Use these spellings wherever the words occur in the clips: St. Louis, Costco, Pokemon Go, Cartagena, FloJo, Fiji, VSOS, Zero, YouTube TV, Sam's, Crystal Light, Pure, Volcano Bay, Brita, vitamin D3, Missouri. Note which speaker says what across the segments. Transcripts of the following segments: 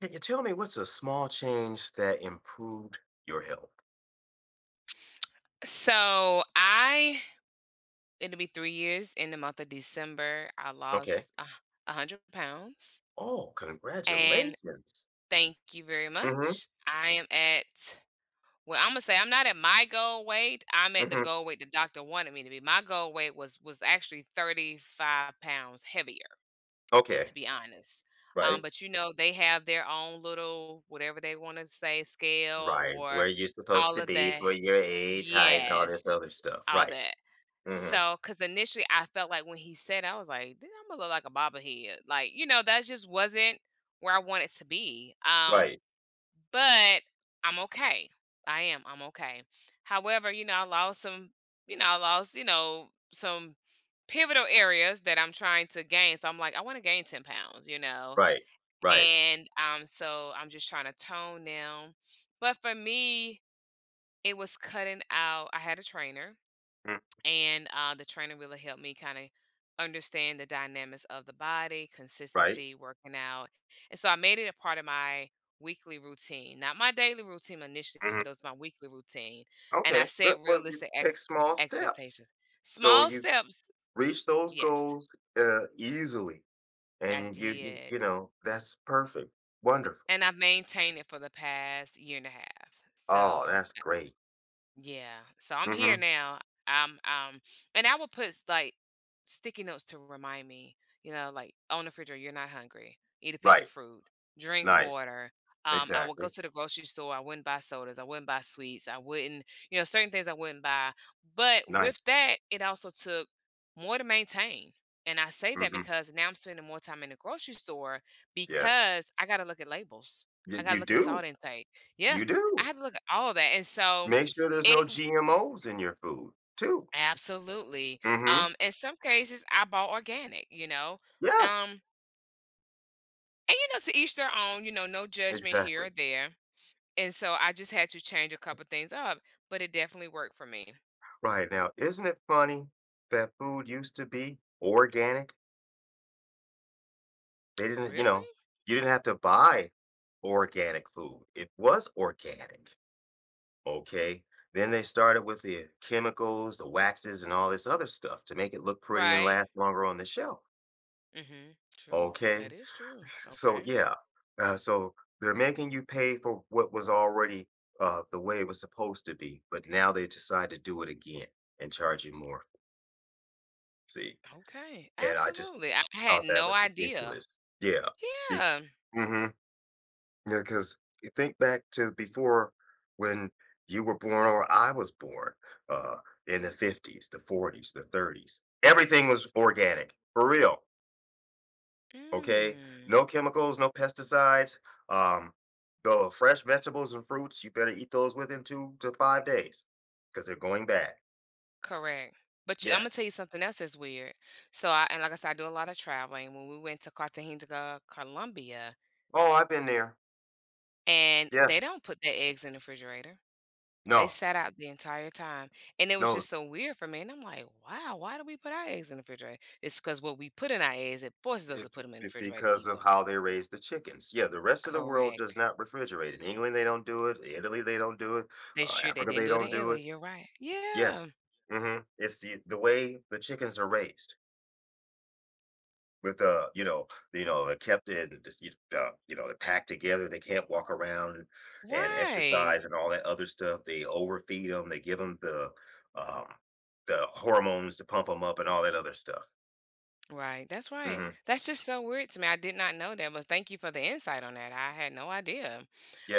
Speaker 1: Can you tell me what's a small change that improved your health?
Speaker 2: So I, it'll be 3 years in the month of December. I
Speaker 1: Okay.
Speaker 2: lost a hundred pounds,
Speaker 1: Oh,
Speaker 2: and
Speaker 1: congratulations.
Speaker 2: thank you very
Speaker 1: Mm-hmm.
Speaker 2: much. I am at, well, I'm gonna say I'm not at my goal weight. I'm at the
Speaker 1: Mm-hmm.
Speaker 2: goal weight the doctor wanted me to be. My goal weight was actually 35 pounds heavier,
Speaker 1: Okay.
Speaker 2: to be honest. Um,
Speaker 1: Right.
Speaker 2: but you know, they have their own little whatever they want to say scale
Speaker 1: Right. Where
Speaker 2: or
Speaker 1: you're supposed
Speaker 2: all
Speaker 1: to
Speaker 2: of
Speaker 1: be
Speaker 2: that.
Speaker 1: for your age, height, and all
Speaker 2: Yes,
Speaker 1: this other stuff.
Speaker 2: all
Speaker 1: Right.
Speaker 2: that.
Speaker 1: Mm-hmm.
Speaker 2: So, cause initially I felt like when he said, I was like, "Dude, Imma look like a bobblehead." Like, you know, that just wasn't where I wanted to be. Um,
Speaker 1: Right.
Speaker 2: but I'm okay. I'm okay. However, you know, I lost some, I lost, some pivotal areas that I'm trying to gain. So I'm like, I wanna gain 10 pounds, you know?
Speaker 1: Right. Right.
Speaker 2: And, so I'm just trying to tone down. But for me, it was cutting out, I had a trainer
Speaker 1: Mm.
Speaker 2: and the trainer really helped me kind of understand the dynamics of the body,
Speaker 1: Right.
Speaker 2: consistency, working out, and so I made it a part of my weekly routine, not my daily routine initially,
Speaker 1: Mm-hmm.
Speaker 2: but it was my weekly routine, and I
Speaker 1: Okay. Good.
Speaker 2: set
Speaker 1: Well, you
Speaker 2: realistic
Speaker 1: take small steps.
Speaker 2: expectations.
Speaker 1: So
Speaker 2: Small
Speaker 1: you
Speaker 2: steps,
Speaker 1: reach those
Speaker 2: yes,
Speaker 1: goals, easily.
Speaker 2: I
Speaker 1: And
Speaker 2: did,
Speaker 1: that's perfect. Wonderful.
Speaker 2: and I've maintained it for the past year and a half.
Speaker 1: Oh,
Speaker 2: So
Speaker 1: that's great.
Speaker 2: yeah. So I'm here
Speaker 1: Mm-hmm.
Speaker 2: now. Um, um, and I will put like sticky notes to remind me, you know, like on the refrigerator, you're not hungry. Eat a piece
Speaker 1: Right.
Speaker 2: of fruit, drink
Speaker 1: Nice,
Speaker 2: water. I would go
Speaker 1: exactly.
Speaker 2: to the grocery store. I wouldn't buy sodas. I wouldn't buy sweets. I wouldn't, you know, certain things I wouldn't buy. But with
Speaker 1: Nice,
Speaker 2: that, it also took more to maintain. And I say that
Speaker 1: mhm,
Speaker 2: because now I'm spending more time in the grocery store
Speaker 1: yes.
Speaker 2: because I got to look at labels. I
Speaker 1: You
Speaker 2: got to
Speaker 1: you
Speaker 2: look at
Speaker 1: do,
Speaker 2: salt intake. Yeah.
Speaker 1: you do.
Speaker 2: I had to look at all that. And so,
Speaker 1: Make sure there's no
Speaker 2: it,
Speaker 1: GMOs in your food too.
Speaker 2: absolutely.
Speaker 1: Mhm,
Speaker 2: In some cases, I bought organic, you know.
Speaker 1: yes,
Speaker 2: Um, and you know, to each their own, you know, no judgment here or
Speaker 1: exactly.
Speaker 2: there. And so I just had to change a couple things up, but it definitely worked for me.
Speaker 1: Right, now, isn't it funny that food used to be organic? They didn't you
Speaker 2: Really?
Speaker 1: know, You didn't have to buy organic food. It was organic, okay? Then they started with the chemicals, the waxes, and all this other stuff to make it look pretty and
Speaker 2: Right.
Speaker 1: last longer on the shelf,
Speaker 2: Mm-hmm. True. That
Speaker 1: okay?
Speaker 2: is true.
Speaker 1: So
Speaker 2: Okay.
Speaker 1: yeah, so they're making you pay for what was already the way it was supposed to be, but now they decide to do it again and charge you more. See,
Speaker 2: Okay.
Speaker 1: and I just
Speaker 2: Absolutely. I had
Speaker 1: thought that
Speaker 2: no
Speaker 1: was
Speaker 2: idea.
Speaker 1: ridiculous. Yeah, be-
Speaker 2: Yeah.
Speaker 1: hmm yeah, because you think back to before when you were born or I was born, uh, in the 50s, the 40s, the 30s. Everything was organic for real. Okay?
Speaker 2: Mm,
Speaker 1: No chemicals, no pesticides. Um, the fresh vegetables and fruits, you better eat those within 2 to 5 days because they're going bad.
Speaker 2: correct. But you, I'm gonna
Speaker 1: Yes.
Speaker 2: tell you something else that's weird. So I, and like I said, I do a lot of traveling. When we went to Cartagena, Colombia,
Speaker 1: Oh, I've been there.
Speaker 2: and they
Speaker 1: Yes.
Speaker 2: don't put their eggs in the refrigerator. They
Speaker 1: No,
Speaker 2: sat out the entire time, and it was
Speaker 1: no,
Speaker 2: just so weird for me, and I'm like, "Wow, why do we put our eggs in the refrigerator?" It's because what we put in our eggs, it forces us to
Speaker 1: it,
Speaker 2: put them in the refrigerator to
Speaker 1: because
Speaker 2: keep
Speaker 1: of
Speaker 2: them.
Speaker 1: how they raise the chickens. Yeah, the rest of the world
Speaker 2: Correct.
Speaker 1: does not refrigerate. In England, they don't do it. Italy, they don't do it.
Speaker 2: They sure they
Speaker 1: Africa,
Speaker 2: didn't
Speaker 1: they
Speaker 2: do it in
Speaker 1: don't do it.
Speaker 2: Italy, you're right.
Speaker 1: Yes.
Speaker 2: Yeah,
Speaker 1: Hmm. It's the way the chickens are raised. With they're kept in, just, they're packed together. They can't walk around and
Speaker 2: right.
Speaker 1: exercise and all that other stuff. They overfeed them. They give them um, the hormones to pump them up and all that other stuff.
Speaker 2: Right.
Speaker 1: Hmm.
Speaker 2: That's just so weird to me. I did not know that, but thank you for the insight on that. I had no idea.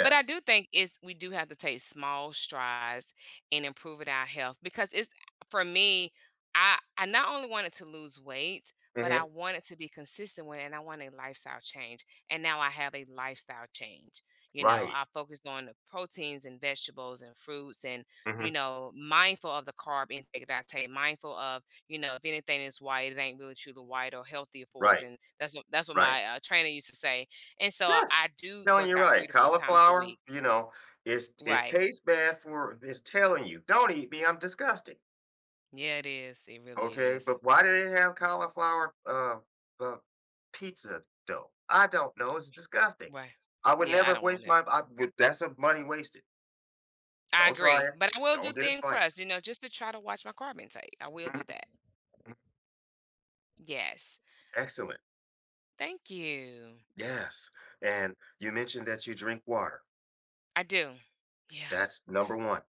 Speaker 2: But I do think it's, we do have to take small strides in improving our health because it's, for me, I not only wanted to lose weight, but I
Speaker 1: Hmm.
Speaker 2: wanted to be consistent with it and I want a lifestyle change. And now I have a lifestyle change. You know,
Speaker 1: Right.
Speaker 2: I focused on the proteins and vegetables and fruits and, you
Speaker 1: Hmm.
Speaker 2: know, mindful of the carb intake that I take, mindful of, you know, if anything is white, it ain't really truly white or healthy for us,
Speaker 1: Right.
Speaker 2: and that's what
Speaker 1: Right.
Speaker 2: my, trainer used to say, and so I
Speaker 1: Yes.
Speaker 2: I do
Speaker 1: Telling
Speaker 2: work
Speaker 1: you
Speaker 2: out 3
Speaker 1: right.
Speaker 2: to 4 times a
Speaker 1: Cauliflower.
Speaker 2: week.
Speaker 1: You know, it
Speaker 2: Right.
Speaker 1: tastes bad for. It's telling you, don't eat me. I'm disgusting.
Speaker 2: Yeah, it is, it really
Speaker 1: Okay,
Speaker 2: is.
Speaker 1: but why do they have cauliflower, uh, pizza dough? I don't know. It's
Speaker 2: Mm,
Speaker 1: disgusting.
Speaker 2: right.
Speaker 1: I would
Speaker 2: Yeah, I
Speaker 1: never
Speaker 2: don't want
Speaker 1: waste
Speaker 2: it.
Speaker 1: my. I would, that's a money wasted.
Speaker 2: I
Speaker 1: Don't try
Speaker 2: agree,
Speaker 1: it.
Speaker 2: but I will do
Speaker 1: Don't get a
Speaker 2: thin
Speaker 1: slice.
Speaker 2: crust, you know, just to try to watch my carb intake. I will
Speaker 1: Mhm.
Speaker 2: do that. Yes.
Speaker 1: Excellent.
Speaker 2: Thank you.
Speaker 1: Yes. And you mentioned that you drink water.
Speaker 2: I do. Yeah.
Speaker 1: That's number one.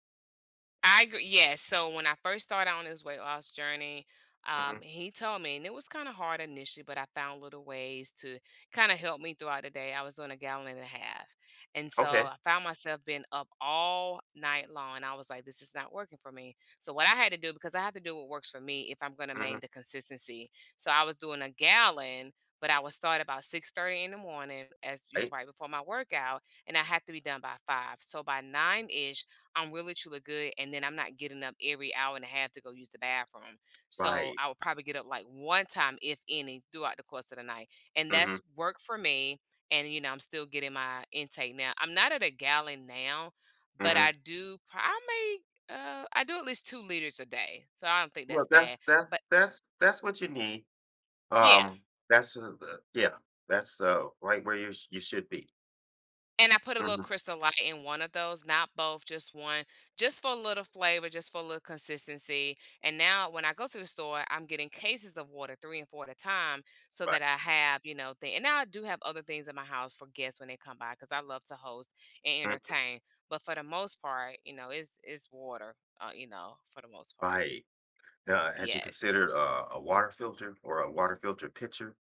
Speaker 2: I agree. Yes. So when I first started on this weight loss journey,
Speaker 1: Hmm.
Speaker 2: he told me, and it was kind of hard initially, but I found little ways to kind of help me throughout the day. I was doing a gallon and a half. And so
Speaker 1: Okay.
Speaker 2: I found myself being up all night long. And I was like, this is not working for me. So what I had to do, because I have to do what works for me if I'm going to
Speaker 1: Hmm.
Speaker 2: maintain the consistency. So I was doing a gallon. But I would start about 6:30 in the morning as you,
Speaker 1: Right.
Speaker 2: right before my workout, and I had to be done by five. So by nine-ish, I'm really truly good, and then I'm not getting up every hour and a half to go use the bathroom. So
Speaker 1: Right.
Speaker 2: I would probably get up like one time, if any, throughout the course of the night, and
Speaker 1: hmm
Speaker 2: that's work for me. And you know, I'm still getting my intake now. I'm not at a gallon now, but I
Speaker 1: hmm
Speaker 2: do. Pro- I may. I do at least 2 liters a day, so I don't think
Speaker 1: Well,
Speaker 2: that's
Speaker 1: that's
Speaker 2: bad.
Speaker 1: that's
Speaker 2: But
Speaker 1: that's that's what you need.
Speaker 2: yeah,
Speaker 1: Um. That's, yeah. That's right where you should be.
Speaker 2: and I put a little
Speaker 1: Hmm.
Speaker 2: Crystal Light in one of those, not both, just one, just for a little flavor, just for a little consistency. And now when I go to the store, I'm getting cases of water, three and four at a time, so
Speaker 1: Right.
Speaker 2: that I have, you know, thing. And now I do have other things in my house for guests when they come by, because I love to host and
Speaker 1: Mm-hmm.
Speaker 2: entertain. But for the most part, you know, it's water, you know, for the most part.
Speaker 1: Right. Had you
Speaker 2: Yes.
Speaker 1: considered a water filter or a water filter pitcher?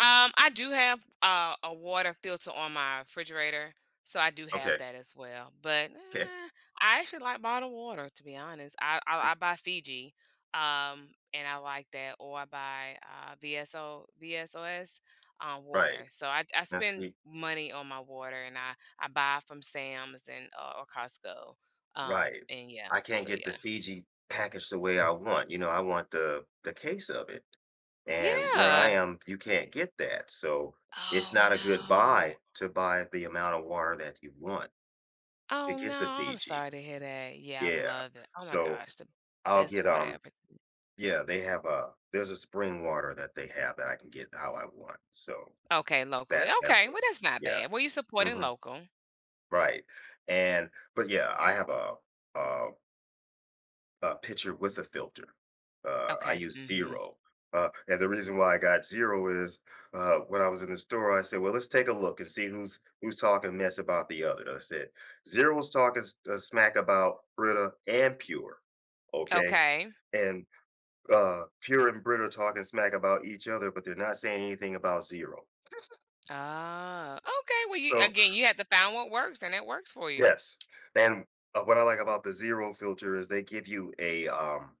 Speaker 2: I do have a water filter on my refrigerator, so I do have
Speaker 1: Okay.
Speaker 2: that as well. But
Speaker 1: Okay.
Speaker 2: eh, I actually like bottled water, to be honest. I buy Fiji, and I like that, or I buy VSOS
Speaker 1: Right.
Speaker 2: water. So I
Speaker 1: Now
Speaker 2: spend
Speaker 1: see.
Speaker 2: money on my water, and I buy from Sam's and or Costco.
Speaker 1: Right.
Speaker 2: And yeah,
Speaker 1: I can't
Speaker 2: so
Speaker 1: get the
Speaker 2: yeah,
Speaker 1: Fiji packaged the way I want. You know, I want the case of it. And where I
Speaker 2: yeah.
Speaker 1: am, you can't get that. So it's
Speaker 2: Oh
Speaker 1: not a good
Speaker 2: no.
Speaker 1: buy to buy the amount of water that you want to
Speaker 2: Oh, no,
Speaker 1: get the
Speaker 2: I'm
Speaker 1: Fiji.
Speaker 2: sorry to hear that. Yeah, I
Speaker 1: Yeah.
Speaker 2: love it. Oh my
Speaker 1: So
Speaker 2: gosh, the
Speaker 1: I'll
Speaker 2: best
Speaker 1: get
Speaker 2: water ever.
Speaker 1: yeah, they have a there's a spring water that they have that I can get how I want. So
Speaker 2: Okay, locally.
Speaker 1: that
Speaker 2: Okay, well,
Speaker 1: works.
Speaker 2: that's not
Speaker 1: Yeah.
Speaker 2: bad. Were you supporting
Speaker 1: Mhm.
Speaker 2: local?
Speaker 1: Right. And but yeah, I have a a picture with a filter. I
Speaker 2: Okay.
Speaker 1: use
Speaker 2: Hmm.
Speaker 1: 0. And the reason why I got 0 is, when I was in the store, I said, "Well, let's take a look and see who's talking mess about the other." I said, "0 is talking, s smack about Brita and Pure." Okay?
Speaker 2: Okay.
Speaker 1: And, Pure and Brita talking smack about each other, but they're not saying anything about Zero."
Speaker 2: Ah, okay. Well, you,
Speaker 1: So,
Speaker 2: again, you had to find what works, and it works for you.
Speaker 1: yes, and, what I like about the zero filter is they give you a, um,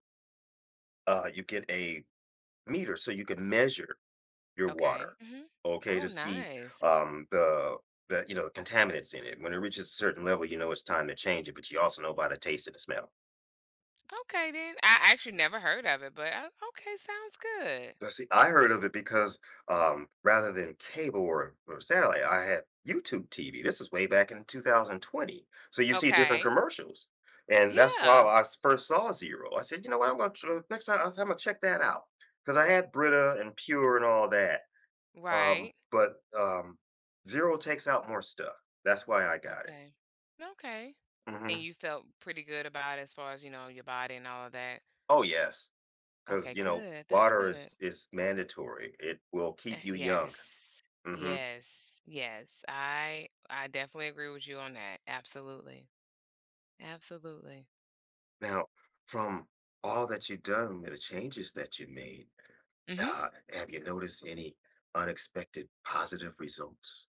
Speaker 1: uh, you get a meter so you can measure your
Speaker 2: Okay.
Speaker 1: water,
Speaker 2: Hmm.
Speaker 1: okay,
Speaker 2: Oh,
Speaker 1: to see,
Speaker 2: nice.
Speaker 1: the contaminants in it. When it reaches a certain level, you know it's time to change it, but you also know by the taste and the smell.
Speaker 2: Okay, then I actually never heard of it, but okay, sounds good.
Speaker 1: Now, see, I heard of it because, rather than cable or satellite, I had YouTube TV. This was way back in 2020. So you see different
Speaker 2: Okay.
Speaker 1: commercials. And that's how
Speaker 2: Yeah.
Speaker 1: I first saw Zero. I said, you know what? Next time I'm going to check that out. Because I had Brita and Pure and all that.
Speaker 2: Right.
Speaker 1: But, Zero takes out more stuff. That's why I got it.
Speaker 2: Okay. Okay. And
Speaker 1: Hmm.
Speaker 2: you felt pretty good about, as far as you know, your body and all of that.
Speaker 1: Oh, yes. Because,
Speaker 2: Okay,
Speaker 1: you know,
Speaker 2: good. That's
Speaker 1: water
Speaker 2: good.
Speaker 1: is mandatory, it will
Speaker 2: Eh,
Speaker 1: keep you young.
Speaker 2: yes.
Speaker 1: hmm
Speaker 2: Yes. Yes. I definitely agree with you on that. Absolutely. Absolutely.
Speaker 1: Now, from all that you've done, the changes that you made,
Speaker 2: Mhm.
Speaker 1: uh, have you noticed any unexpected positive results?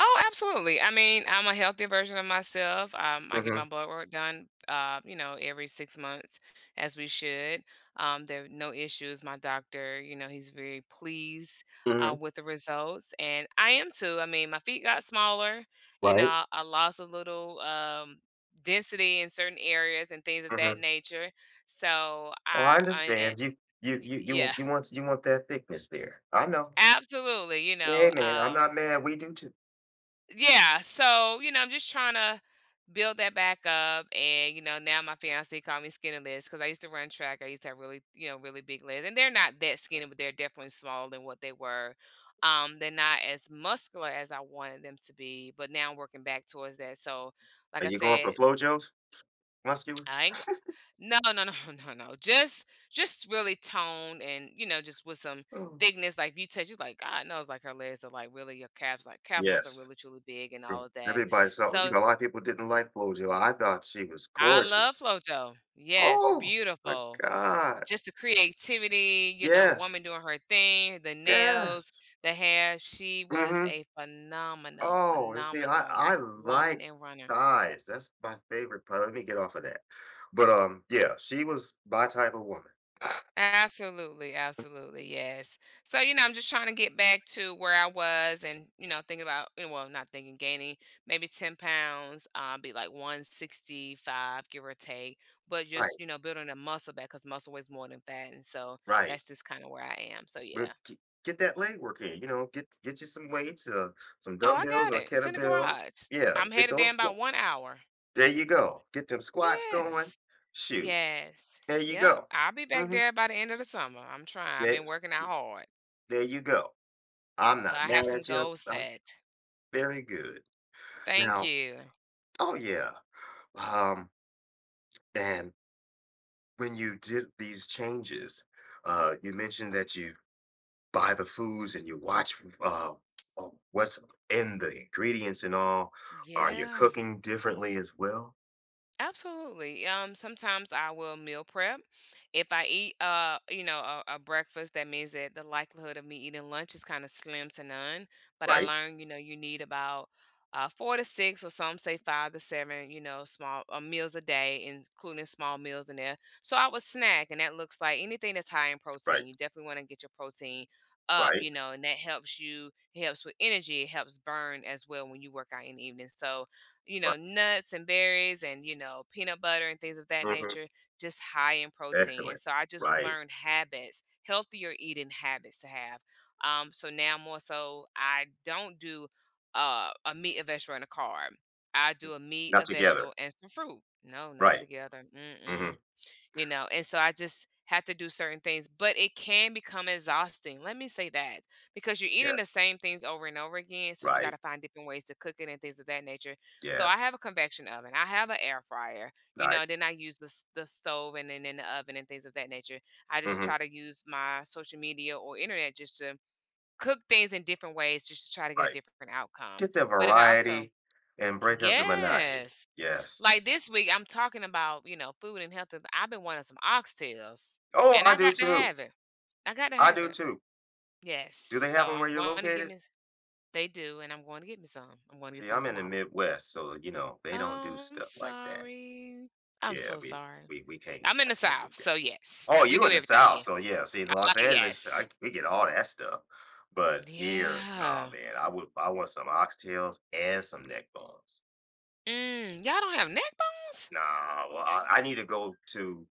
Speaker 2: Oh, absolutely. I mean, I'm a healthier version of myself. I get
Speaker 1: Mhm.
Speaker 2: my blood work done, you know, every 6 months, as we should. There are no issues. My doctor, you know, he's very pleased
Speaker 1: Mhm.
Speaker 2: with the results, and I am too. I mean, my feet got smaller. You
Speaker 1: Right?
Speaker 2: know, I lost a little density in certain areas and things of that
Speaker 1: Mhm.
Speaker 2: nature. So
Speaker 1: Well, I
Speaker 2: I and,
Speaker 1: understand you you
Speaker 2: y-
Speaker 1: you you
Speaker 2: yeah,
Speaker 1: you want you want that thickness there. I know.
Speaker 2: absolutely. You
Speaker 1: Hey,
Speaker 2: know,
Speaker 1: man, I'm not mad. We do too.
Speaker 2: yeah, so, you know, I'm just trying to build that back up, and, you know, now my fiancé called me skinny legs, because I used to run track, I used to have really, you know, really big legs, and they're not that skinny, but they're definitely smaller than what they were. They're not as muscular as I wanted them to be, but now I'm working back towards that, so, like
Speaker 1: Are
Speaker 2: I
Speaker 1: you going for
Speaker 2: said,
Speaker 1: FloJo's muscular?
Speaker 2: I ain't go No, no, no, no, no, just really toned and, you know, just with some
Speaker 1: Mm.
Speaker 2: thickness, like, if you touch you like, God knows, like, her legs are, like, really your calves like, calf muscles are
Speaker 1: Yes.
Speaker 2: really, truly big and all
Speaker 1: True.
Speaker 2: of that.
Speaker 1: Everybody saw,
Speaker 2: So
Speaker 1: a lot of people didn't like FloJo. I thought she was
Speaker 2: I love
Speaker 1: gorgeous.
Speaker 2: FloJo. Yes,
Speaker 1: Oh my
Speaker 2: beautiful.
Speaker 1: God.
Speaker 2: Just the creativity, you know,
Speaker 1: Yes.
Speaker 2: woman doing her thing, the nails,
Speaker 1: Yes.
Speaker 2: the hair. She was
Speaker 1: hmm
Speaker 2: a phenomenal,
Speaker 1: Oh, and see, I
Speaker 2: phenomenal
Speaker 1: I
Speaker 2: woman
Speaker 1: like
Speaker 2: and runner.
Speaker 1: thighs. That's my favorite part. Let me get off of that. But, yeah, she was my type of woman.
Speaker 2: Absolutely, absolutely, yes. So, you know, I'm just trying to get back to where I was and, you know, think about, eh, well, not thinking gaining maybe 10 pounds, be like 165, give or take, but
Speaker 1: Right,
Speaker 2: just, you know, building a muscle back because muscle weighs more than fat. And so
Speaker 1: right.
Speaker 2: that's just kind of where I am. So,
Speaker 1: But
Speaker 2: yeah.
Speaker 1: g get that leg work in, get you some weights, some
Speaker 2: Oh, I
Speaker 1: dumbbells
Speaker 2: got
Speaker 1: or
Speaker 2: it. It's in the
Speaker 1: kettlebell.
Speaker 2: garage.
Speaker 1: Yeah,
Speaker 2: I'm
Speaker 1: get
Speaker 2: headed there in
Speaker 1: those squa.
Speaker 2: about 1 hour.
Speaker 1: There you go. Get them squats going.
Speaker 2: Yes.
Speaker 1: Shoot,
Speaker 2: Yes.
Speaker 1: there you
Speaker 2: Yep.
Speaker 1: go.
Speaker 2: I'll be back
Speaker 1: Mhm.
Speaker 2: there by the end of the summer. I'm trying. I've
Speaker 1: There
Speaker 2: been working out hard.
Speaker 1: there you go. I'm
Speaker 2: So
Speaker 1: not
Speaker 2: I
Speaker 1: mad
Speaker 2: have some
Speaker 1: at you.
Speaker 2: goals
Speaker 1: I'm
Speaker 2: set.
Speaker 1: very good.
Speaker 2: Thank
Speaker 1: Now.
Speaker 2: you.
Speaker 1: Oh, yeah. Um, and when you did these changes, you mentioned that you buy the foods and you watch, uh, what's in the ingredients and all. Are you
Speaker 2: Yeah,
Speaker 1: cooking differently as well?
Speaker 2: absolutely. Sometimes I will meal prep. If I eat, you know, a breakfast, that means that the likelihood of me eating lunch is kind of slim to none. But I
Speaker 1: Right,
Speaker 2: learned, you know, you need about four to six, or some say five to seven, you know, small meals a day, including small meals in there. So I would snack, and that looks like anything that's high in
Speaker 1: right,
Speaker 2: protein. You definitely want to get your protein up,
Speaker 1: right,
Speaker 2: you know, and that helps you. It helps with energy. It helps burn as well when you work out in the evening. So you
Speaker 1: right.
Speaker 2: know, nuts and berries and, you know, peanut butter and things of that
Speaker 1: Hmm.
Speaker 2: nature, just high in protein. And
Speaker 1: Excellent.
Speaker 2: so I just
Speaker 1: Right.
Speaker 2: learned habits, healthier eating habits to have. So now more so, I don't do a meat, a vegetable, and a carb. I
Speaker 1: Mm.
Speaker 2: do a meat,
Speaker 1: Not
Speaker 2: a
Speaker 1: together.
Speaker 2: vegetable, and some fruit. No, not
Speaker 1: Right.
Speaker 2: together.
Speaker 1: Hmm.
Speaker 2: Mm-mm. You know, and so I just have to do certain things, but it can become exhausting, let me say that, because you're eating the
Speaker 1: Yes.
Speaker 2: same things over and over again, so you got
Speaker 1: Right.
Speaker 2: to find different ways to cook it and things of that nature. So
Speaker 1: Yes.
Speaker 2: I have a convection oven, I have an air fryer, you
Speaker 1: Right.
Speaker 2: know, then I use the, the stove, and then in the oven and things of that nature. I just
Speaker 1: Hmm.
Speaker 2: try to use my social media or internet just to cook things in different ways just to try to get a
Speaker 1: Right.
Speaker 2: different outcome.
Speaker 1: Get that
Speaker 2: But it also,
Speaker 1: variety and break up the monotony.
Speaker 2: yes,
Speaker 1: Yes.
Speaker 2: like this week, I'm talking about, you know, food and health, and I've been wanting some oxtails,
Speaker 1: Oh,
Speaker 2: and
Speaker 1: I
Speaker 2: I
Speaker 1: do
Speaker 2: got to
Speaker 1: too.
Speaker 2: have it. I got to
Speaker 1: I
Speaker 2: have
Speaker 1: do
Speaker 2: it.
Speaker 1: too.
Speaker 2: Yes.
Speaker 1: Do they
Speaker 2: So
Speaker 1: have them where
Speaker 2: I'm
Speaker 1: you're
Speaker 2: going to get
Speaker 1: located?
Speaker 2: me. They do, and I'm going to get me some. I'm going to get
Speaker 1: See,
Speaker 2: some
Speaker 1: I'm in the
Speaker 2: tomorrow.
Speaker 1: Midwest, so, they don't do
Speaker 2: Oh, I'm
Speaker 1: stuff like that.
Speaker 2: sorry. I'm
Speaker 1: Yeah,
Speaker 2: so sorry.
Speaker 1: we can't
Speaker 2: I'm in
Speaker 1: I
Speaker 2: the
Speaker 1: can't
Speaker 2: South,
Speaker 1: get that.
Speaker 2: so yes,
Speaker 1: Oh,
Speaker 2: we
Speaker 1: you
Speaker 2: do
Speaker 1: in the
Speaker 2: everything
Speaker 1: South,
Speaker 2: here.
Speaker 1: so yeah, see, in Los Angeles,
Speaker 2: Yes.
Speaker 1: I we get all that stuff. But here, nah,
Speaker 2: Yeah.
Speaker 1: man, I want some oxtails and some neck bones.
Speaker 2: Mm, y'all don't have neck bones?
Speaker 1: Nah, well, I need to go to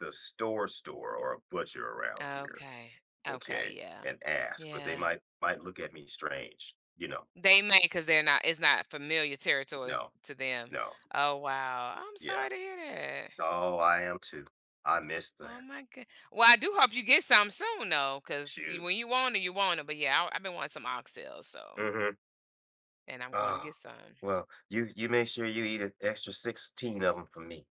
Speaker 1: the store or a butcher around here,
Speaker 2: Okay. Okay.
Speaker 1: okay,
Speaker 2: Yeah.
Speaker 1: and ask, but they
Speaker 2: Yeah.
Speaker 1: might look at me strange.
Speaker 2: They may, because 'cause they're not, it's not familiar territory
Speaker 1: No,
Speaker 2: to them.
Speaker 1: no,
Speaker 2: Oh, wow. I'm
Speaker 1: yeah.
Speaker 2: sorry to hear that.
Speaker 1: Oh, I am too. I miss the
Speaker 2: Oh my god, well, I do hope you get some soon though, cause
Speaker 1: shoot.
Speaker 2: when you want it, but yeah, I've been wanting some oxtails, so
Speaker 1: Mhm.
Speaker 2: and I'm going to
Speaker 1: Oh,
Speaker 2: get some.
Speaker 1: well, you make sure you eat an extra 16 of them for me.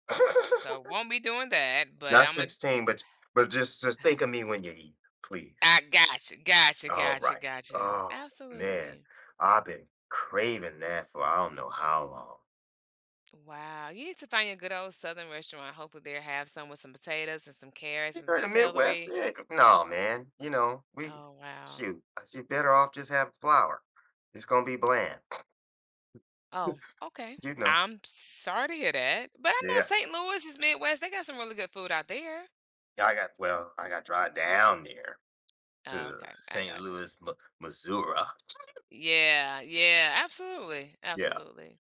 Speaker 2: So, won't be doing that, but
Speaker 1: Not
Speaker 2: I'm a. I am,
Speaker 1: 16, but just think of me when you eat, please.
Speaker 2: ai gotcha, gotcha,
Speaker 1: All
Speaker 2: gotcha,
Speaker 1: right.
Speaker 2: gotcha.
Speaker 1: Oh, man.
Speaker 2: Absolutely.
Speaker 1: I've been craving that for I don't know how long.
Speaker 2: Wow, you need to find a good old southern restaurant. Hopefully, they have some with some potatoes and some carrots
Speaker 1: You
Speaker 2: and some
Speaker 1: heard the Midwest,
Speaker 2: celery.
Speaker 1: yeah, no, man. You know, we
Speaker 2: Oh, wow.
Speaker 1: shoot. I see better off just have flour. It's gonna be bland.
Speaker 2: Oh, okay.
Speaker 1: You know.
Speaker 2: I'm sorry to hear that, but I know
Speaker 1: Yes.
Speaker 2: St. Louis is Midwest. They got some really good food out there.
Speaker 1: Yeah, I got drive down there
Speaker 2: Oh,
Speaker 1: to
Speaker 2: okay. I
Speaker 1: St.
Speaker 2: got you.
Speaker 1: Louis, Missouri.
Speaker 2: Yeah, yeah, absolutely.
Speaker 1: Yeah.
Speaker 2: Absolutely.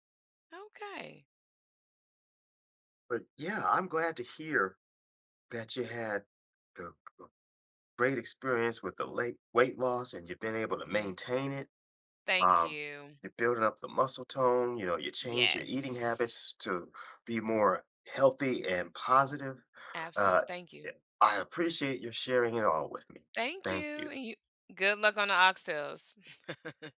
Speaker 2: Okay.
Speaker 1: But yeah, I'm glad to hear that you had the g- great experience with the late weight loss and you've been able to
Speaker 2: Yes.
Speaker 1: maintain it.
Speaker 2: Thank
Speaker 1: Um,
Speaker 2: you.
Speaker 1: you're building up the muscle tone, you change your eating
Speaker 2: Yes.
Speaker 1: habits to be more healthy and positive. Uh,
Speaker 2: Absolutely. Thank
Speaker 1: yeah,
Speaker 2: you.
Speaker 1: I appreciate your sharing it all with me.
Speaker 2: Thank
Speaker 1: Thank
Speaker 2: you.
Speaker 1: you.
Speaker 2: And you, good luck on the oxtails.